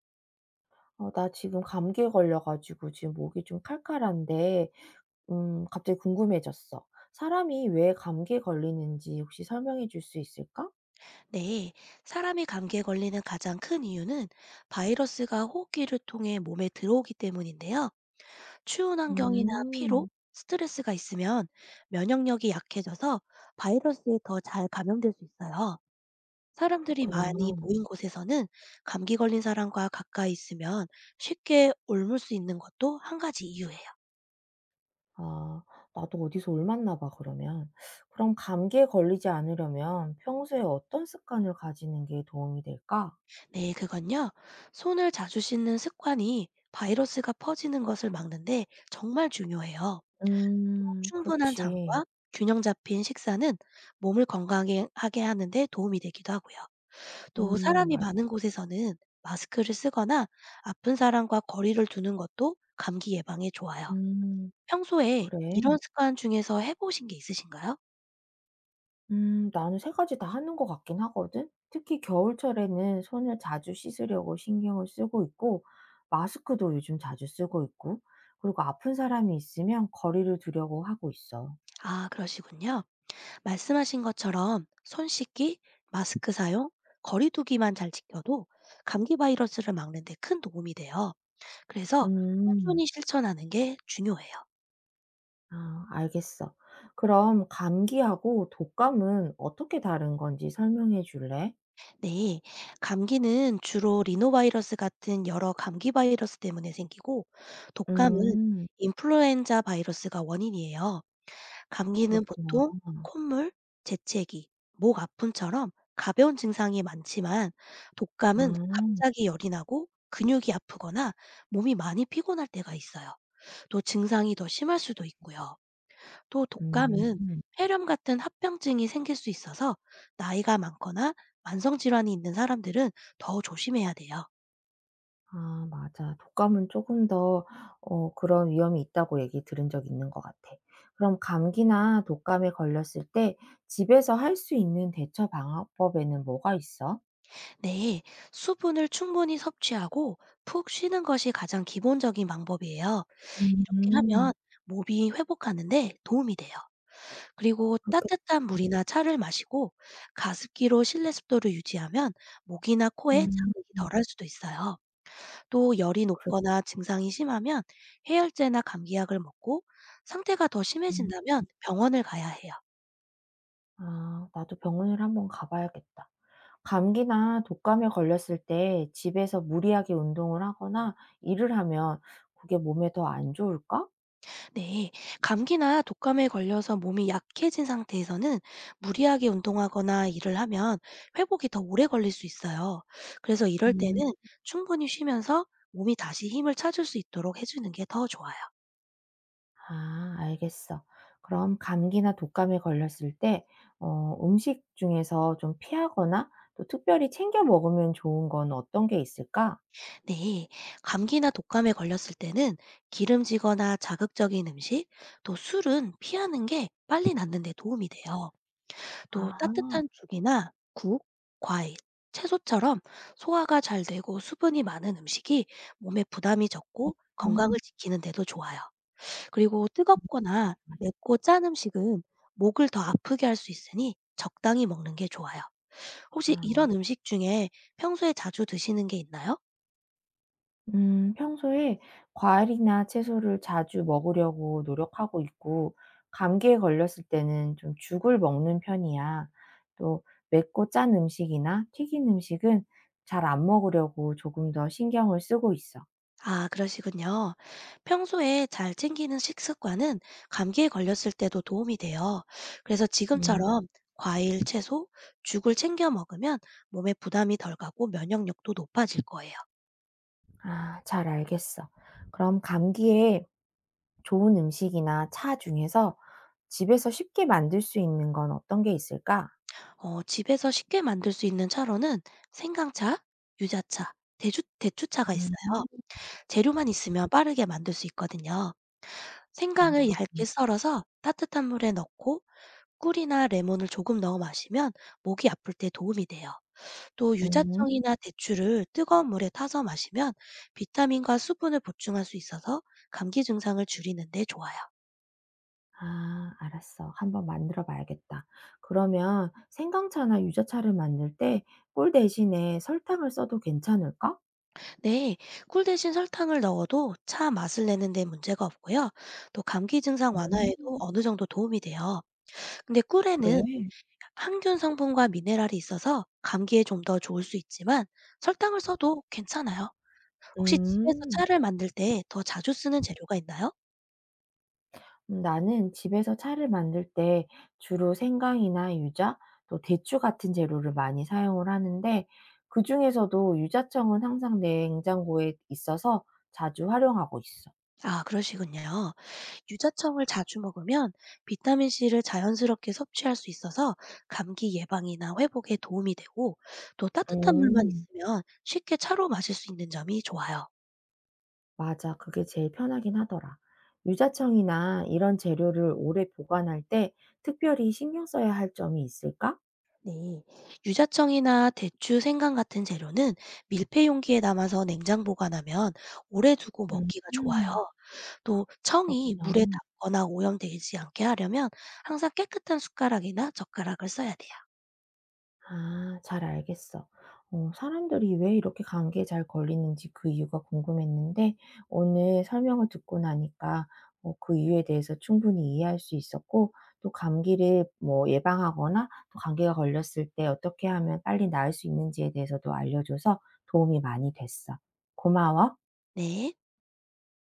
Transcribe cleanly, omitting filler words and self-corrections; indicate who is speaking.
Speaker 1: 나 지금 감기에 걸려가지고 지금 목이 좀 칼칼한데, 갑자기 궁금해졌어. 사람이 왜 감기에 걸리는지 혹시 설명해 줄 수 있을까?
Speaker 2: 네, 사람이 감기에 걸리는 가장 큰 이유는 바이러스가 호흡기를 통해 몸에 들어오기 때문인데요. 추운 환경이나 피로,
Speaker 1: 음,
Speaker 2: 스트레스가 있으면 면역력이 약해져서 바이러스에 더 잘 감염될 수 있어요. 사람들이
Speaker 1: 그렇구나.
Speaker 2: 많이 모인 곳에서는 감기 걸린 사람과 가까이 있으면 쉽게 옮을 수 있는 것도 한 가지 이유예요.
Speaker 1: 아, 나도 어디서 올맞나 봐, 그러면. 그럼 감기에 걸리지 않으려면 평소에 어떤 습관을 가지는 게 도움이 될까?
Speaker 2: 네, 그건요. 손을 자주 씻는 습관이 바이러스가 퍼지는 것을 막는데 정말 중요해요. 또 충분한
Speaker 1: 그렇지.
Speaker 2: 잠과 균형 잡힌 식사는 몸을 건강하게 하게 하는 데 도움이 되기도 하고요. 또 사람이
Speaker 1: 맞아.
Speaker 2: 많은 곳에서는 마스크를 쓰거나 아픈 사람과 거리를 두는 것도 감기 예방에 좋아요.
Speaker 1: 음.
Speaker 2: 평소에
Speaker 1: 그래.
Speaker 2: 이런 습관 중에서 해 보신 게 있으신가요?
Speaker 1: 나는 세 가지 다 하는 것 같긴 하거든. 특히 겨울철에는 손을 자주 씻으려고 신경을 쓰고 있고 마스크도 요즘 자주 쓰고 있고 그리고 아픈 사람이 있으면 거리를 두려고 하고 있어.
Speaker 2: 아 그러시군요. 말씀하신 것처럼 손 씻기, 마스크 사용, 거리 두기만 잘 지켜도 감기 바이러스를 막는 데 큰 도움이 돼요. 그래서
Speaker 1: 음.
Speaker 2: 꾸준히 실천하는 게 중요해요.
Speaker 1: 아 알겠어. 그럼 감기하고 독감은 어떻게 다른 건지 설명해 줄래?
Speaker 2: 네, 감기는 주로 리노바이러스 같은 여러 감기 바이러스 때문에 생기고, 독감은
Speaker 1: 음.
Speaker 2: 인플루엔자 바이러스가 원인이에요. 감기는
Speaker 1: 그렇구나.
Speaker 2: 보통 콧물, 재채기, 목 아픔처럼 가벼운 증상이 많지만, 독감은
Speaker 1: 아.
Speaker 2: 갑자기 열이 나고 근육이 아프거나 몸이 많이 피곤할 때가 있어요. 또 증상이 더 심할 수도 있고요. 또
Speaker 1: 음.
Speaker 2: 독감은 폐렴 같은 합병증이 생길 수 있어서 나이가 많거나 만성 질환이 있는 사람들은 더 조심해야 돼요.
Speaker 1: 아 맞아. 독감은 조금 더 그런 위험이 있다고 얘기 들은 적 있는 것 같아. 그럼 감기나 독감에 걸렸을 때 집에서 할 수 있는 대처 방법에는 뭐가 있어?
Speaker 2: 네, 수분을 충분히 섭취하고 푹 쉬는 것이 가장 기본적인 방법이에요. 이렇게 하면
Speaker 1: 음.
Speaker 2: 몸이 회복하는데 도움이 돼요. 그리고
Speaker 1: 그렇게.
Speaker 2: 따뜻한 물이나 차를 마시고 가습기로 실내 습도를 유지하면 목이나 코에
Speaker 1: 음.
Speaker 2: 자극이 덜할 수도 있어요. 또 열이
Speaker 1: 그
Speaker 2: 높거나 증상이 심하면 해열제나 감기약을 먹고 상태가 더 심해진다면 병원을 가야 해요.
Speaker 1: 아 나도 병원을 한번 가 봐야겠다. 감기나 독감에 걸렸을 때 집에서 무리하게 운동을 하거나 일을 하면 그게 몸에 더 안 좋을까?
Speaker 2: 네. 감기나 독감에 걸려서 몸이 약해진 상태에서는 무리하게 운동하거나 일을 하면 회복이 더 오래 걸릴 수 있어요. 그래서 이럴
Speaker 1: 음.
Speaker 2: 때는 충분히 쉬면서 몸이 다시 힘을 찾을 수 있도록 해주는 게 더 좋아요.
Speaker 1: 아 알겠어. 그럼 감기나 독감에 걸렸을 때 음식 중에서 좀 피하거나 또 특별히 챙겨 먹으면 좋은 건 어떤 게 있을까?
Speaker 2: 네. 감기나 독감에 걸렸을 때는 기름지거나 자극적인 음식, 또 술은 피하는 게 빨리 낫는 데 도움이 돼요. 또
Speaker 1: 아.
Speaker 2: 따뜻한 죽이나 국, 과일, 채소처럼 소화가 잘 되고 수분이 많은 음식이 몸에 부담이 적고
Speaker 1: 음.
Speaker 2: 건강을 지키는 데도 좋아요. 그리고 뜨겁거나 맵고 짠 음식은 목을 더 아프게 할 수 있으니 적당히 먹는 게 좋아요. 혹시
Speaker 1: 아.
Speaker 2: 이런 음식 중에 평소에 자주 드시는 게 있나요?
Speaker 1: 평소에 과일이나 채소를 자주 먹으려고 노력하고 있고 감기에 걸렸을 때는 좀 죽을 먹는 편이야. 또 맵고 짠 음식이나 튀긴 음식은 잘 안 먹으려고 조금 더 신경을 쓰고 있어.
Speaker 2: 아, 그러시군요. 평소에 잘 챙기는 식습관은 감기에 걸렸을 때도 도움이 돼요. 그래서
Speaker 1: 음.
Speaker 2: 지금처럼 과일, 채소, 죽을 챙겨 먹으면 몸에 부담이 덜 가고 면역력도 높아질 거예요.
Speaker 1: 아, 잘 알겠어. 그럼 감기에 좋은 음식이나 차 중에서 집에서 쉽게 만들 수 있는 건 어떤 게 있을까?
Speaker 2: 집에서 쉽게 만들 수 있는 차로는 생강차, 유자차, 대추, 대추차가 있어요.
Speaker 1: 음,
Speaker 2: 재료만 있으면 빠르게 만들 수 있거든요.
Speaker 1: 그
Speaker 2: 생강을
Speaker 1: 렇
Speaker 2: 얇게
Speaker 1: 군
Speaker 2: 썰어서 따뜻한 물에 넣고 꿀이나 레몬을 조금 넣어 마시면 목이 아플 때 도움이 돼요. 또
Speaker 1: 음,
Speaker 2: 유자청이나 대추를 뜨거운 물에 타서 마시면 비타민과 수분을 보충할 수 있어서 감기 증상을 줄이는 데 좋아요.
Speaker 1: 아, 알았어. 한번 만들어 봐야겠다. 그러면 생강차나 유자차를 만들 때 꿀 대신에 설탕을 써도 괜찮을까?
Speaker 2: 네, 꿀 대신 설탕을 넣어도 차 맛을 내는 데 문제가 없고요. 또 감기 증상
Speaker 1: 음,
Speaker 2: 완화에도 어느 정도 도움이 돼요. 근데
Speaker 1: 그래.
Speaker 2: 꿀에는 항균 성분과 미네랄이 있어서 감기에 좀 더 좋을 수 있지만 설탕을 써도 괜찮아요. 혹시 집에서
Speaker 1: 음.
Speaker 2: 차를 만들 때 더 자주 쓰는 재료가 있나요?
Speaker 1: 나는 집에서 차를 만들 때 주로 생강이나 유자, 또 대추 같은 재료를 많이 사용을 하는데 그중에서도 유자청은 항상 냉장고에 있어서 자주 활용하고 있어.
Speaker 2: 아, 그러시군요. 유자청을 자주 먹으면 비타민C를 자연스럽게 섭취할 수 있어서 감기 예방이나 회복에 도움이 되고 또 따뜻한 물만
Speaker 1: 음,
Speaker 2: 있으면 쉽게 차로 마실 수 있는 점이 좋아요.
Speaker 1: 맞아, 그게 제일 편하긴 하더라. 유자청이나 이런 재료를 오래 보관할 때 특별히 신경 써야 할 점이 있을까?
Speaker 2: 네. 유자청이나 대추, 생강 같은 재료는 밀폐 용기에 담아서 냉장 보관하면 오래 두고
Speaker 1: 음.
Speaker 2: 먹기가
Speaker 1: 음.
Speaker 2: 좋아요. 또 청이
Speaker 1: 그렇구나.
Speaker 2: 물에 닿거나 오염되지 않게 하려면 항상 깨끗한 숟가락이나 젓가락을 써야 돼요.
Speaker 1: 아 잘 알겠어. 사람들이 왜 이렇게 감기에 잘 걸리는지 그 이유가 궁금했는데 오늘 설명을 듣고 나니까 그 이유에 대해서 충분히 이해할 수 있었고 또 감기를 뭐 예방하거나 또 감기가 걸렸을 때 어떻게 하면 빨리 나을 수 있는지에 대해서도 알려줘서 도움이 많이 됐어. 고마워.
Speaker 2: 네.